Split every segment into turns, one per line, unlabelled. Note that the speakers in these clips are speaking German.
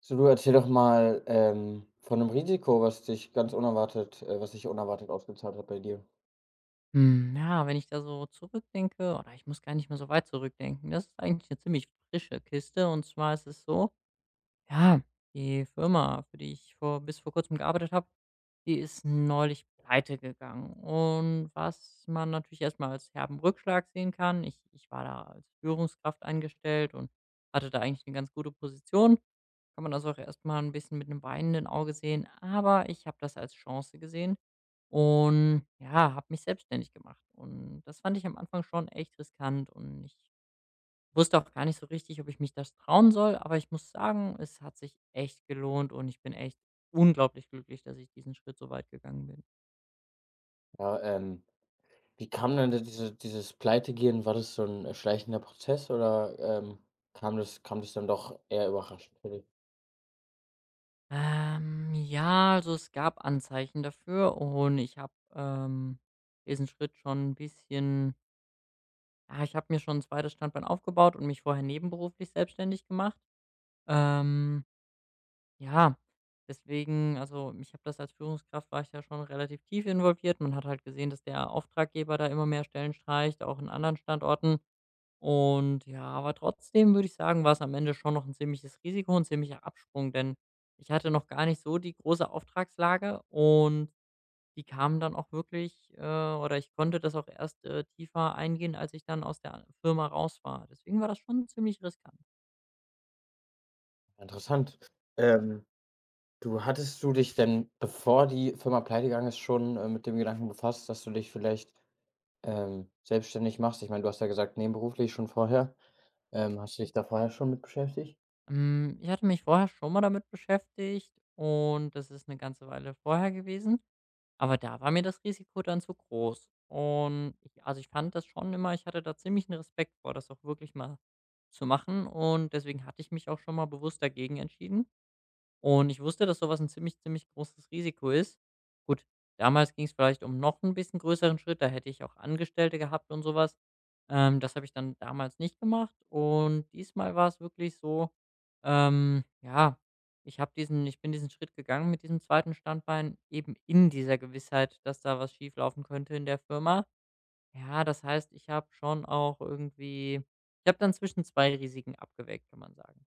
So, du erzähl doch mal, von 'nem Risiko, was sich unerwartet ausgezahlt hat bei dir.
Hm, ja, wenn ich da so zurückdenke. Oder ich muss gar nicht mehr so weit zurückdenken. Das ist eigentlich eine ziemlich frische Kiste, und zwar ist es so, ja, die Firma, für die ich vor bis vor Kurzem gearbeitet habe, die ist neulich pleite gegangen. Und was man natürlich erst mal als herben Rückschlag sehen kann: Ich war da als Führungskraft eingestellt und hatte da eigentlich eine ganz gute Position. Kann man also auch erst mal 'n bisschen mit einem weinenden Auge sehen, aber ich habe das als Chance gesehen und ja, habe mich selbstständig gemacht. Und das fand ich am Anfang schon echt riskant, und ich wusste auch gar nicht so richtig, ob ich mich das trauen soll, aber ich muss sagen, es hat sich echt gelohnt und ich bin echt unglaublich glücklich, dass ich diesen Schritt so weit gegangen bin.
Ja, wie kam denn da dieses Pleitegehen? War das so ein schleichender Prozess oder, kam das dann doch eher überraschend für dich?
Ja, also es gab Anzeichen dafür, und ich habe diesen Schritt schon ein bisschen, ja, ich habe mir schon ein zweites Standbein aufgebaut und mich vorher nebenberuflich selbstständig gemacht. Ähm, Ja, deswegen, also, ich habe das als Führungskraft war ich da schon relativ tief involviert. Man hat halt gesehen, dass der Auftraggeber da immer mehr Stellen streicht, auch in anderen Standorten. Und ja, aber trotzdem würde ich sagen, war es am Ende schon noch ein ziemliches Risiko, 'n ziemlicher Absprung, denn ich hatte noch gar nicht so die große Auftragslage, und die kamen dann auch wirklich, oder ich konnte das auch erst, tiefer eingehen, als ich dann aus der Firma raus war. Deswegen war das schon ziemlich riskant.
Interessant. Ähm, du Hattest du dich denn, bevor die Firma pleitegegangen ist, schon, mit dem Gedanken befasst, dass du dich vielleicht, selbstständig machst? Ich meine, du hast ja gesagt, nebenberuflich schon vorher. Hast du dich da vorher schon mit beschäftigt?
Hm, ich hatte mich vorher schon mal damit beschäftigt, und das ist eine ganze Weile vorher gewesen, aber da war mir das Risiko dann zu groß. Und ich, also, ich fand das schon immer, ich hatte da ziemlich einen Respekt vor, das auch wirklich mal zu machen, und deswegen hatte ich mich auch schon mal bewusst dagegen entschieden. Und ich wusste, dass so was 'n ziemlich, ziemlich großes Risiko ist. Gut, damals ging es vielleicht um noch ein bisschen größeren Schritt, da hätte ich auch Angestellte gehabt und sowas. Das habe ich dann damals nicht gemacht, und diesmal war es wirklich so, ja, ich bin diesen Schritt gegangen mit diesem zweiten Standbein eben in dieser Gewissheit, dass da was schieflaufen könnte in der Firma. Ja, das heißt, ich habe schon auch irgendwie, ich habe dann zwischen 2 Risiken abgewägt, kann man sagen.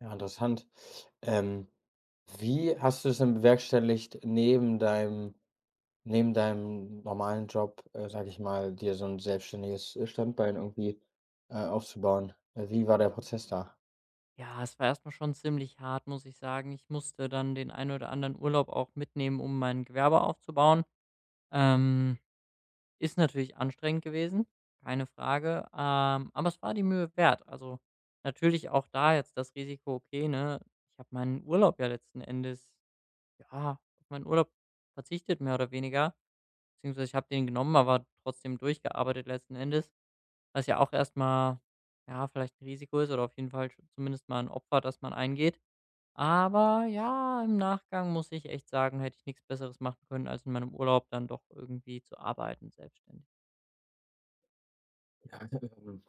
Ja, interessant. Ähm, Wie hast du es denn bewerkstelligt, neben deinem normalen Job, sage ich mal, dir so ein selbstständiges, Standbein irgendwie, aufzubauen? Wie war der Prozess da?
Ja, es war erstmal schon ziemlich hart, muss ich sagen. Ich musste dann den einen oder anderen Urlaub auch mitnehmen, um mein Gewerbe aufzubauen. Ähm, Ist natürlich anstrengend gewesen, keine Frage, aber es war die Mühe wert. Also, natürlich auch da jetzt das Risiko, okay, ne? Ich habe meinen Urlaub ja letzten Endes, ja, auf meinen Urlaub verzichtet, mehr oder weniger. Beziehungsweise ich habe den genommen, aber trotzdem durchgearbeitet letzten Endes, was ja auch erstmal, ja, vielleicht ein Risiko ist oder auf jeden Fall sch zumindest mal ein Opfer, das man eingeht. Aber ja, im Nachgang muss ich echt sagen, hätte ich nichts Besseres machen können, als in meinem Urlaub dann doch irgendwie zu arbeiten selbstständig.
Ja,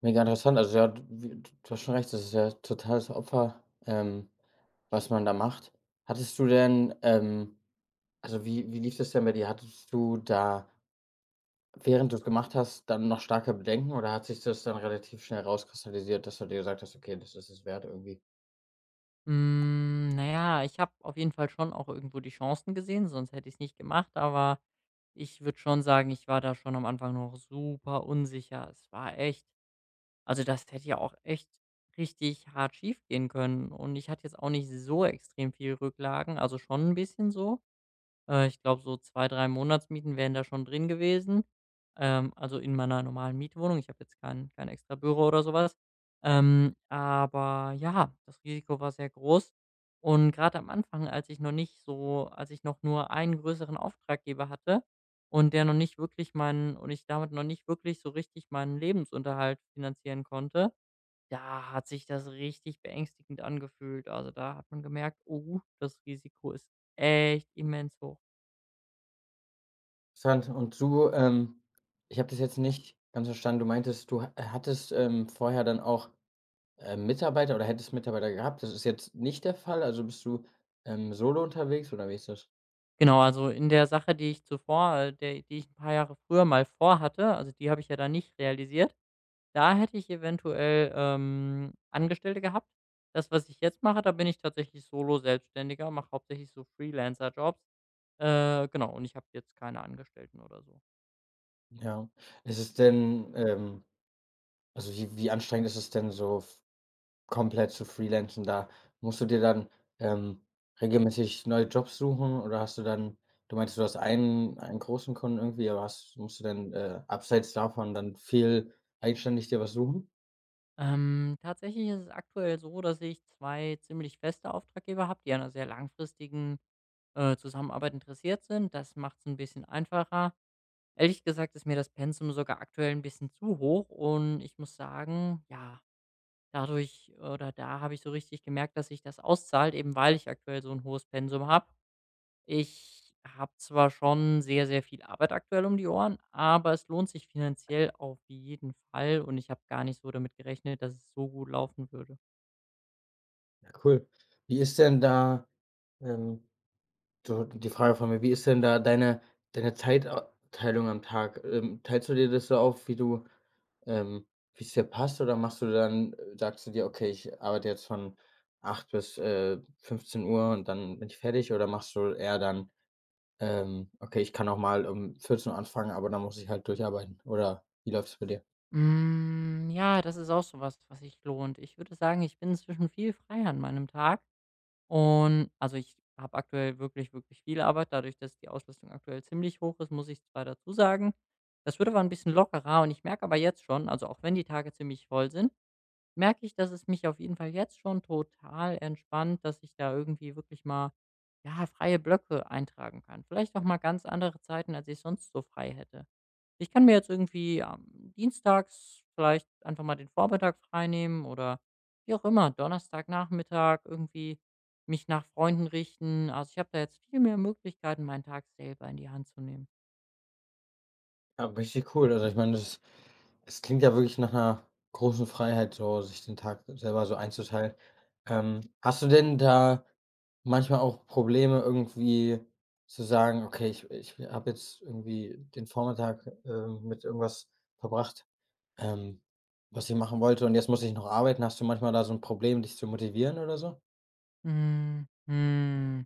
Mega interessant. Also, ja, d wie, du hast schon recht, das ist ja totales Opfer, was man da macht. Hattest du denn also, wie wie lief das denn bei dir? Hattest du da, während du es gemacht hast, dann noch starke Bedenken oder hat sich das dann relativ schnell rauskristallisiert, dass du dir gesagt hast: „Okay, das ist es wert irgendwie?"
Hm, na ja, ich habe auf jeden Fall schon auch irgendwo die Chancen gesehen, sonst hätte ich es nicht gemacht, aber ich würde schon sagen, ich war da schon am Anfang noch super unsicher. Es war echt, also, das hätte ja auch echt richtig hart schief gehen können, und ich hatte jetzt auch nicht so extrem viel Rücklagen, also schon ein bisschen so. Ich glaube, so 2, 3 Monatsmieten wären da schon drin gewesen. Also in meiner normalen Mietwohnung. Ich habe jetzt kein extra Büro oder sowas. Aber ja, das Risiko war sehr groß. Und gerade am Anfang, als ich noch nicht so, als ich noch nur einen größeren Auftraggeber hatte, und der noch nicht wirklich meinen, und ich damit noch nicht wirklich so richtig meinen Lebensunterhalt finanzieren konnte, da hat sich das richtig beängstigend angefühlt. Also, da hat man gemerkt: „Oh, das Risiko ist echt immens hoch.“
Interessant. Ich habe das jetzt nicht ganz verstanden. Du meintest, du ha hattest, vorher dann auch, Mitarbeiter oder hättest Mitarbeiter gehabt. Das ist jetzt nicht der Fall? Also, bist du, solo unterwegs oder wie ist das?
Genau, also in der Sache, die ich zuvor, der die ich ein paar Jahre früher mal vorhatte, also die habe ich ja dann nicht realisiert. Da hätte ich eventuell, Angestellte gehabt. Das, was ich jetzt mache, da bin ich tatsächlich Solo-Selbstständiger, mache hauptsächlich so Freelancer-Jobs. Genau, und ich habe jetzt keine Angestellten oder so.
Ja. Ist es denn, also, wie wie anstrengend ist es denn so f komplett zu freelancen? Da musst du dir dann, ähm, regelmäßig neue Jobs suchen oder hast du dann du meintest, du hast einen großen Kunden irgendwie, aber hast musst du dann, abseits davon dann viel eigenständig dir was suchen?
Tatsächlich ist es aktuell so, dass ich 2 ziemlich feste Auftraggeber habe, die an einer sehr langfristigen, Zusammenarbeit interessiert sind. Das macht es ein bisschen einfacher. Ehrlich gesagt ist mir das Pensum sogar aktuell ein bisschen zu hoch, und ich muss sagen, ja, dadurch oder da habe ich so richtig gemerkt, dass sich das auszahlt, eben weil ich aktuell so ein hohes Pensum habe. Ich habe zwar schon sehr, sehr viel Arbeit aktuell um die Ohren, aber es lohnt sich finanziell auf jeden Fall, und ich habe gar nicht so damit gerechnet, dass es so gut laufen würde.
Ja, cool. Wie ist denn da, ähm So, die Frage von mir, wie ist denn da deine Zeitteilung am Tag? Teilst du dir das so auf, ähm, wie es dir passt, oder machst du dann sagst du dir: „Okay, ich arbeite jetzt von 8 bis, 15 Uhr und dann bin ich fertig."? Oder machst du eher dann: „Okay, ich kann auch mal um 14:00 anfangen, aber dann muss ich halt durcharbeiten."? Oder wie läuft's bei dir?
Hm, ja, das ist auch so was, was sich lohnt. Ich würde sagen, ich bin inzwischen viel freier an meinem Tag. Und also, ich habe aktuell wirklich, wirklich viel Arbeit. Dadurch, dass die Auslastung aktuell ziemlich hoch ist, muss ich zwar dazu sagen, das wird aber ein bisschen lockerer, und ich merke aber jetzt schon, also, auch wenn die Tage ziemlich voll sind, merke ich, dass es mich auf jeden Fall jetzt schon total entspannt, dass ich da irgendwie wirklich mal, ja, freie Blöcke eintragen kann. Vielleicht auch mal ganz andere Zeiten, als ich sonst so frei hätte. Ich kann mir jetzt irgendwie, am dienstags vielleicht einfach mal den Vormittag freinehmen oder wie auch immer, Donnerstagnachmittag irgendwie mich nach Freunden richten. Also, ich habe da jetzt viel mehr Möglichkeiten, meinen Tag selber in die Hand zu nehmen.
Ja, richtig cool. Also, ich meine, das es klingt ja wirklich nach einer großen Freiheit, so sich den Tag selber so einzuteilen. Hast du denn da manchmal auch Probleme, irgendwie zu sagen: „Okay, ich habe jetzt irgendwie den Vormittag, mit irgendwas verbracht, ähm, was ich machen wollte, und jetzt muss ich noch arbeiten."? Hast du manchmal da so ein Problem, dich zu motivieren oder so?
Mhm, mhm.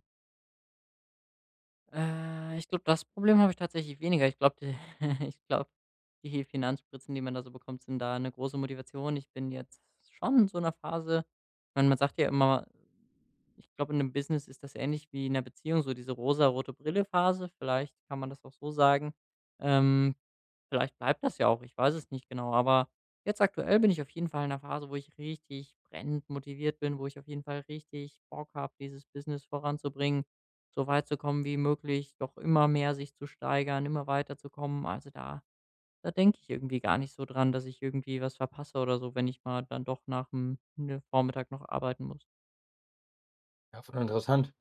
Ich glaube, das Problem habe ich tatsächlich weniger. Ich glaube, die ich glaube, die Finanzspritzen, die man da so bekommt, sind da eine große Motivation. Ich bin jetzt schon in so einer Phase, ich meine, man sagt ja immer, ich glaube, in 'nem Business ist das ähnlich wie in einer Beziehung, so diese rosarote Brille-Phase. Vielleicht kann man das auch so sagen. Ähm, Vielleicht bleibt das ja auch, ich weiß es nicht genau. Aber jetzt aktuell bin ich auf jeden Fall in einer Phase, wo ich richtig brennend motiviert bin, wo ich auf jeden Fall richtig Bock habe, dieses Business voranzubringen, so weit zu kommen wie möglich, doch immer mehr sich zu steigern, immer weiterzukommen. Also da denke ich irgendwie gar nicht so dran, dass ich irgendwie was verpasse oder so, wenn ich mal dann doch nach ne, Vormittag noch arbeiten muss.
Ja, voll interessant.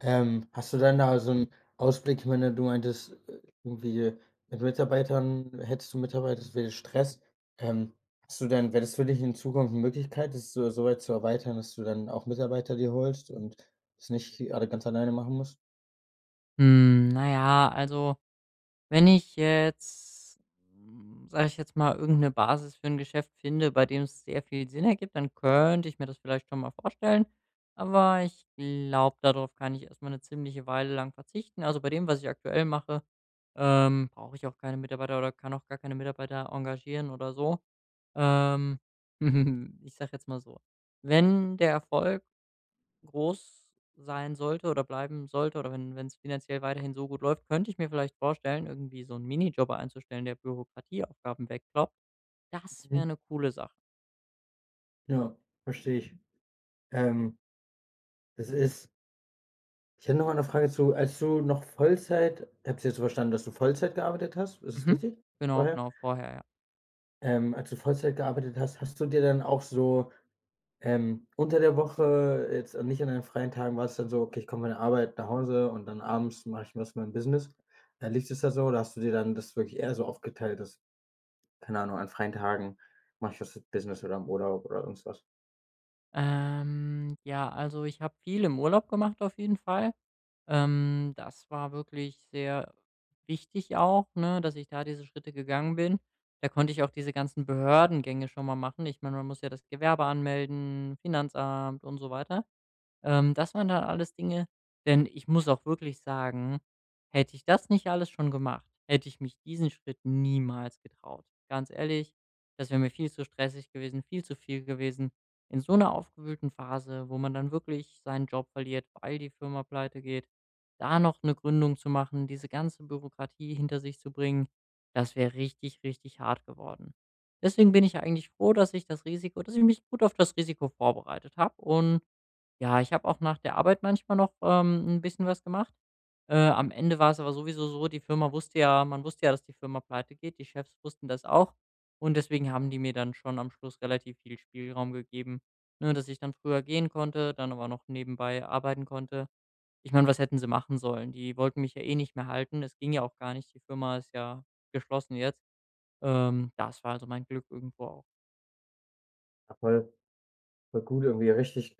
Hast du dann da so einen Ausblick? Ich meine, du meintest, irgendwie mit Mitarbeitern, hättest du Mitarbeiter, das wäre Stress. Ähm, Wäre das für dich in Zukunft eine Möglichkeit, das so so weit zu erweitern, dass du dann auch Mitarbeiter dir holst und das nicht alle ganz alleine machen musst?
Hm, na ja, also, wenn ich jetzt, hm, sage ich jetzt mal, irgendeine Basis für ein Geschäft finde, bei dem es sehr viel Sinn ergibt, dann könnte ich mir das vielleicht schon mal vorstellen. Aber ich glaube, darauf kann ich erst mal 'ne ziemliche Weile lang verzichten. Also, bei dem, was ich aktuell mache, brauche ich auch keine Mitarbeiter oder kann auch gar keine Mitarbeiter engagieren oder so. Ähm, ich sage jetzt mal so, wenn der Erfolg groß sein sollte oder bleiben sollte oder wenn es finanziell weiterhin so gut läuft, könnte ich mir vielleicht vorstellen, irgendwie so 'n Minijob einzustellen, der Bürokratieaufgaben wegkloppt. Das wäre
Mhm.
'ne coole Sache.
Ja, verstehe ich. Ähm, Das ist, ich hätte noch mal eine Frage zu, als du noch Vollzeit, ich habe es jetzt so verstanden, dass du Vollzeit gearbeitet hast, ist es
Mhm.
richtig,
Genau,
vorher?
genau, vorher, ja.
Als du Vollzeit gearbeitet hast, hast du dir dann auch so unter der Woche, jetzt nicht an den freien Tagen, war es dann so: Okay, ich komme von der Arbeit nach Hause und dann abends mache ich was mit mein Business. Liegt es da so, oder hast du dir dann das wirklich eher so aufgeteilt, dass, keine Ahnung, an freien Tagen mache ich was mit Business oder im Urlaub oder irgendwas?
Ja, also, ich habe viel im Urlaub gemacht auf jeden Fall. Das war wirklich sehr wichtig auch, ne, dass ich da diese Schritte gegangen bin. Da konnte ich auch diese ganzen Behördengänge schon mal machen. Ich meine, man muss ja das Gewerbe anmelden, Finanzamt und so weiter. Das waren dann alles Dinge, denn ich muss auch wirklich sagen, hätte ich das nicht alles schon gemacht, hätte ich mich diesen Schritt niemals getraut. Ganz ehrlich, das wäre mir viel zu stressig gewesen, viel zu viel gewesen. In so einer aufgewühlten Phase, wo man dann wirklich seinen Job verliert, weil die Firma pleite geht, da noch eine Gründung zu machen, diese ganze Bürokratie hinter sich zu bringen, das wäre richtig, richtig hart geworden. Deswegen bin ich eigentlich froh, dass ich mich gut auf das Risiko vorbereitet habe. Und ja, ich habe auch nach der Arbeit manchmal noch, 'n bisschen was gemacht. Am Ende war es aber sowieso so, die Firma wusste ja man wusste ja, dass die Firma pleite geht. Die Chefs wussten das auch, und deswegen haben die mir dann schon am Schluss relativ viel Spielraum gegeben, ne, dass ich dann früher gehen konnte, dann aber noch nebenbei arbeiten konnte. Ich meine, was hätten sie machen sollen? Die wollten mich ja eh nicht mehr halten. Es ging ja auch gar nicht. Die Firma ist ja geschlossen jetzt. Das war also mein Glück irgendwo auch.
Ja, voll voll gut, irgendwie richtig.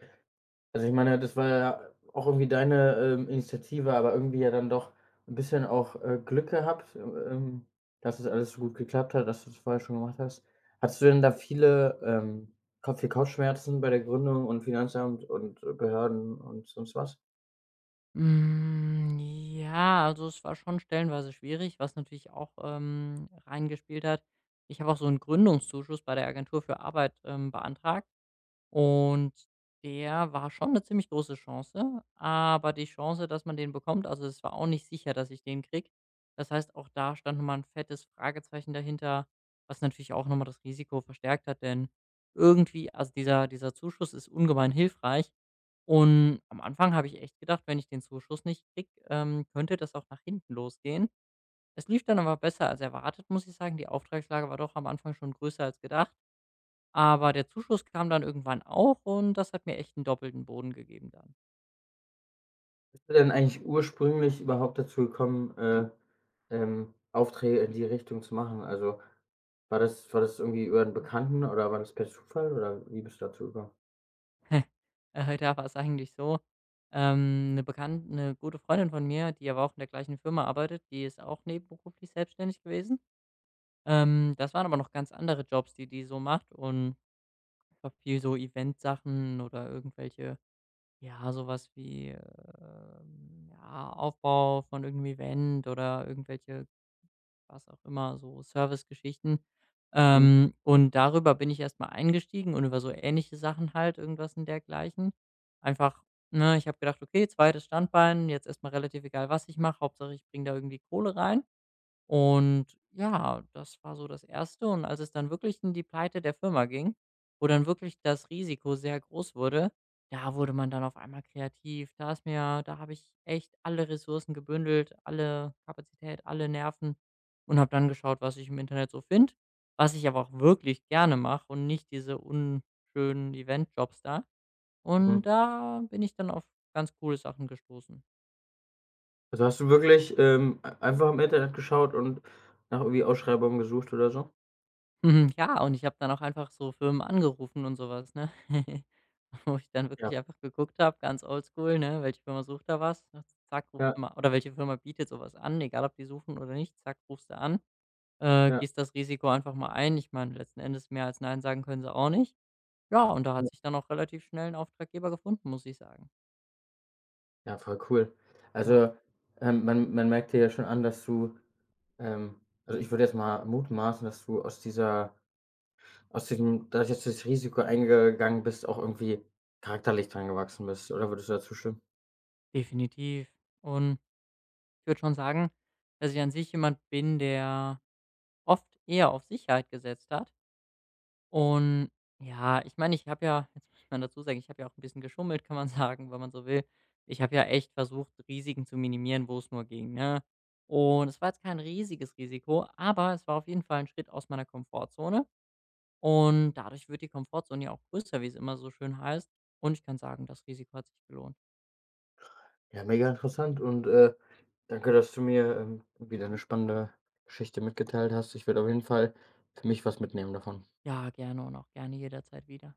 Also, ich meine, das war ja auch irgendwie deine, Initiative, aber irgendwie ja dann doch ein bisschen auch, Glück gehabt, dass es alles so gut geklappt hat, dass du's vorher schon gemacht hast. Hattest du denn da viel Kopfschmerzen bei der Gründung und Finanzamt und Behörden und sonst was?
Hm, ja, also es war schon stellenweise schwierig, was natürlich auch, reingespielt hat. Ich habe auch so einen Gründungszuschuss bei der Agentur für Arbeit, beantragt. Und der war schon eine ziemlich große Chance, aber die Chance, dass man den bekommt, also, es war auch nicht sicher, dass ich den kriege. Das heißt, auch da stand noch mal 'n fettes Fragezeichen dahinter, was natürlich auch noch mal das Risiko verstärkt hat, denn irgendwie, also, dieser Zuschuss ist ungemein hilfreich. Und am Anfang habe ich echt gedacht, wenn ich den Zuschuss nicht kriege, könnte das auch nach hinten losgehen. Es lief dann aber besser als erwartet, muss ich sagen. Die Auftragslage war doch am Anfang schon größer als gedacht. Aber der Zuschuss kam dann irgendwann auch, und das hat mir echt einen doppelten Boden gegeben dann.
Bist du denn eigentlich ursprünglich überhaupt dazu gekommen, Aufträge in die Richtung zu machen? Also, war das irgendwie über einen Bekannten oder war das per Zufall, oder wie bist du dazu gekommen?
Da war es eigentlich so, 'ne gute Freundin von mir, die aber auch in der gleichen Firma arbeitet, die ist auch nebenberuflich selbstständig gewesen. Das waren aber noch ganz andere Jobs, die die so macht, und ich glaube, viel so Eventsachen oder irgendwelche, ja, sowas wie, ja, Aufbau von irgend 'nem Event oder irgendwelche, was auch immer, so Servicegeschichten.
Mhm,
Und darüber bin ich erst mal eingestiegen und über so ähnliche Sachen halt, irgendwas in dergleichen. Einfach, ne, ich habe gedacht: „Okay, zweites Standbein, jetzt erst mal relativ egal, was ich mache, Hauptsache ich bringe da irgendwie Kohle rein.“ Und ja, das war so das Erste. Und als es dann wirklich in die Pleite der Firma ging, wo dann wirklich das Risiko sehr groß wurde, da wurde man dann auf einmal kreativ. Da ist mir Da habe ich echt alle Ressourcen gebündelt, alle Kapazität, alle Nerven, und habe dann geschaut, was ich im Internet so finde, was ich aber auch wirklich gerne mache und nicht diese unschönen Eventjobs da. Und
mhm.
da bin ich dann auf ganz coole Sachen gestoßen.
Also, hast du wirklich, ei einfach im Internet geschaut und nach irgendwie Ausschreibungen gesucht oder so?
Mhm, ja, und ich habe dann auch einfach so Firmen angerufen und sowas, ne? Wo ich dann
Ja,
wirklich einfach geguckt habe, ganz oldschool, ne, welche Firma sucht da was? Ne, zack, rufst du
ja,
mal, oder welche Firma bietet sowas an, egal ob die suchen oder nicht, zack, rufst du an,
ja,
gehst das Risiko einfach mal ein. Ich meine, letzten Endes mehr als nein sagen können sie auch nicht. Ja, und da hat
ja.
sich dann auch relativ schnell ein Auftraggeber gefunden, muss ich sagen.
Ja, voll cool.
Ja,
Also, man merkt dir ja schon an, dass ähm also, ich würde jetzt mal mutmaßen, dass du aus dieser aus diesem dadurch, dass du das Risiko eingegangen bist, auch irgendwie charakterlich dran gewachsen bist, oder würdest du dazu stimmen?
definitiv. Und ich würde schon sagen, dass ich an sich jemand bin, der oft eher auf Sicherheit gesetzt hat. Und ja, ich meine, ich habe ja jetzt muss man dazu sagen, ich habe ja auch ein bisschen geschummelt, kann man sagen, wenn man so will. Ich habe ja echt versucht, Risiken zu minimieren, wo es nur ging, ne? Und es war jetzt kein riesiges Risiko, aber es war auf jeden Fall ein Schritt aus meiner Komfortzone. Und dadurch wird die Komfortzone ja auch größer, wie es immer so schön heißt. Und ich kann sagen, das Risiko hat sich gelohnt.
Ja, mega interessant, und, danke, dass du mir, wieder eine spannende Geschichte mitgeteilt hast. Ich werde auf jeden Fall für mich was mitnehmen davon.
Ja, gerne und auch gerne jederzeit wieder.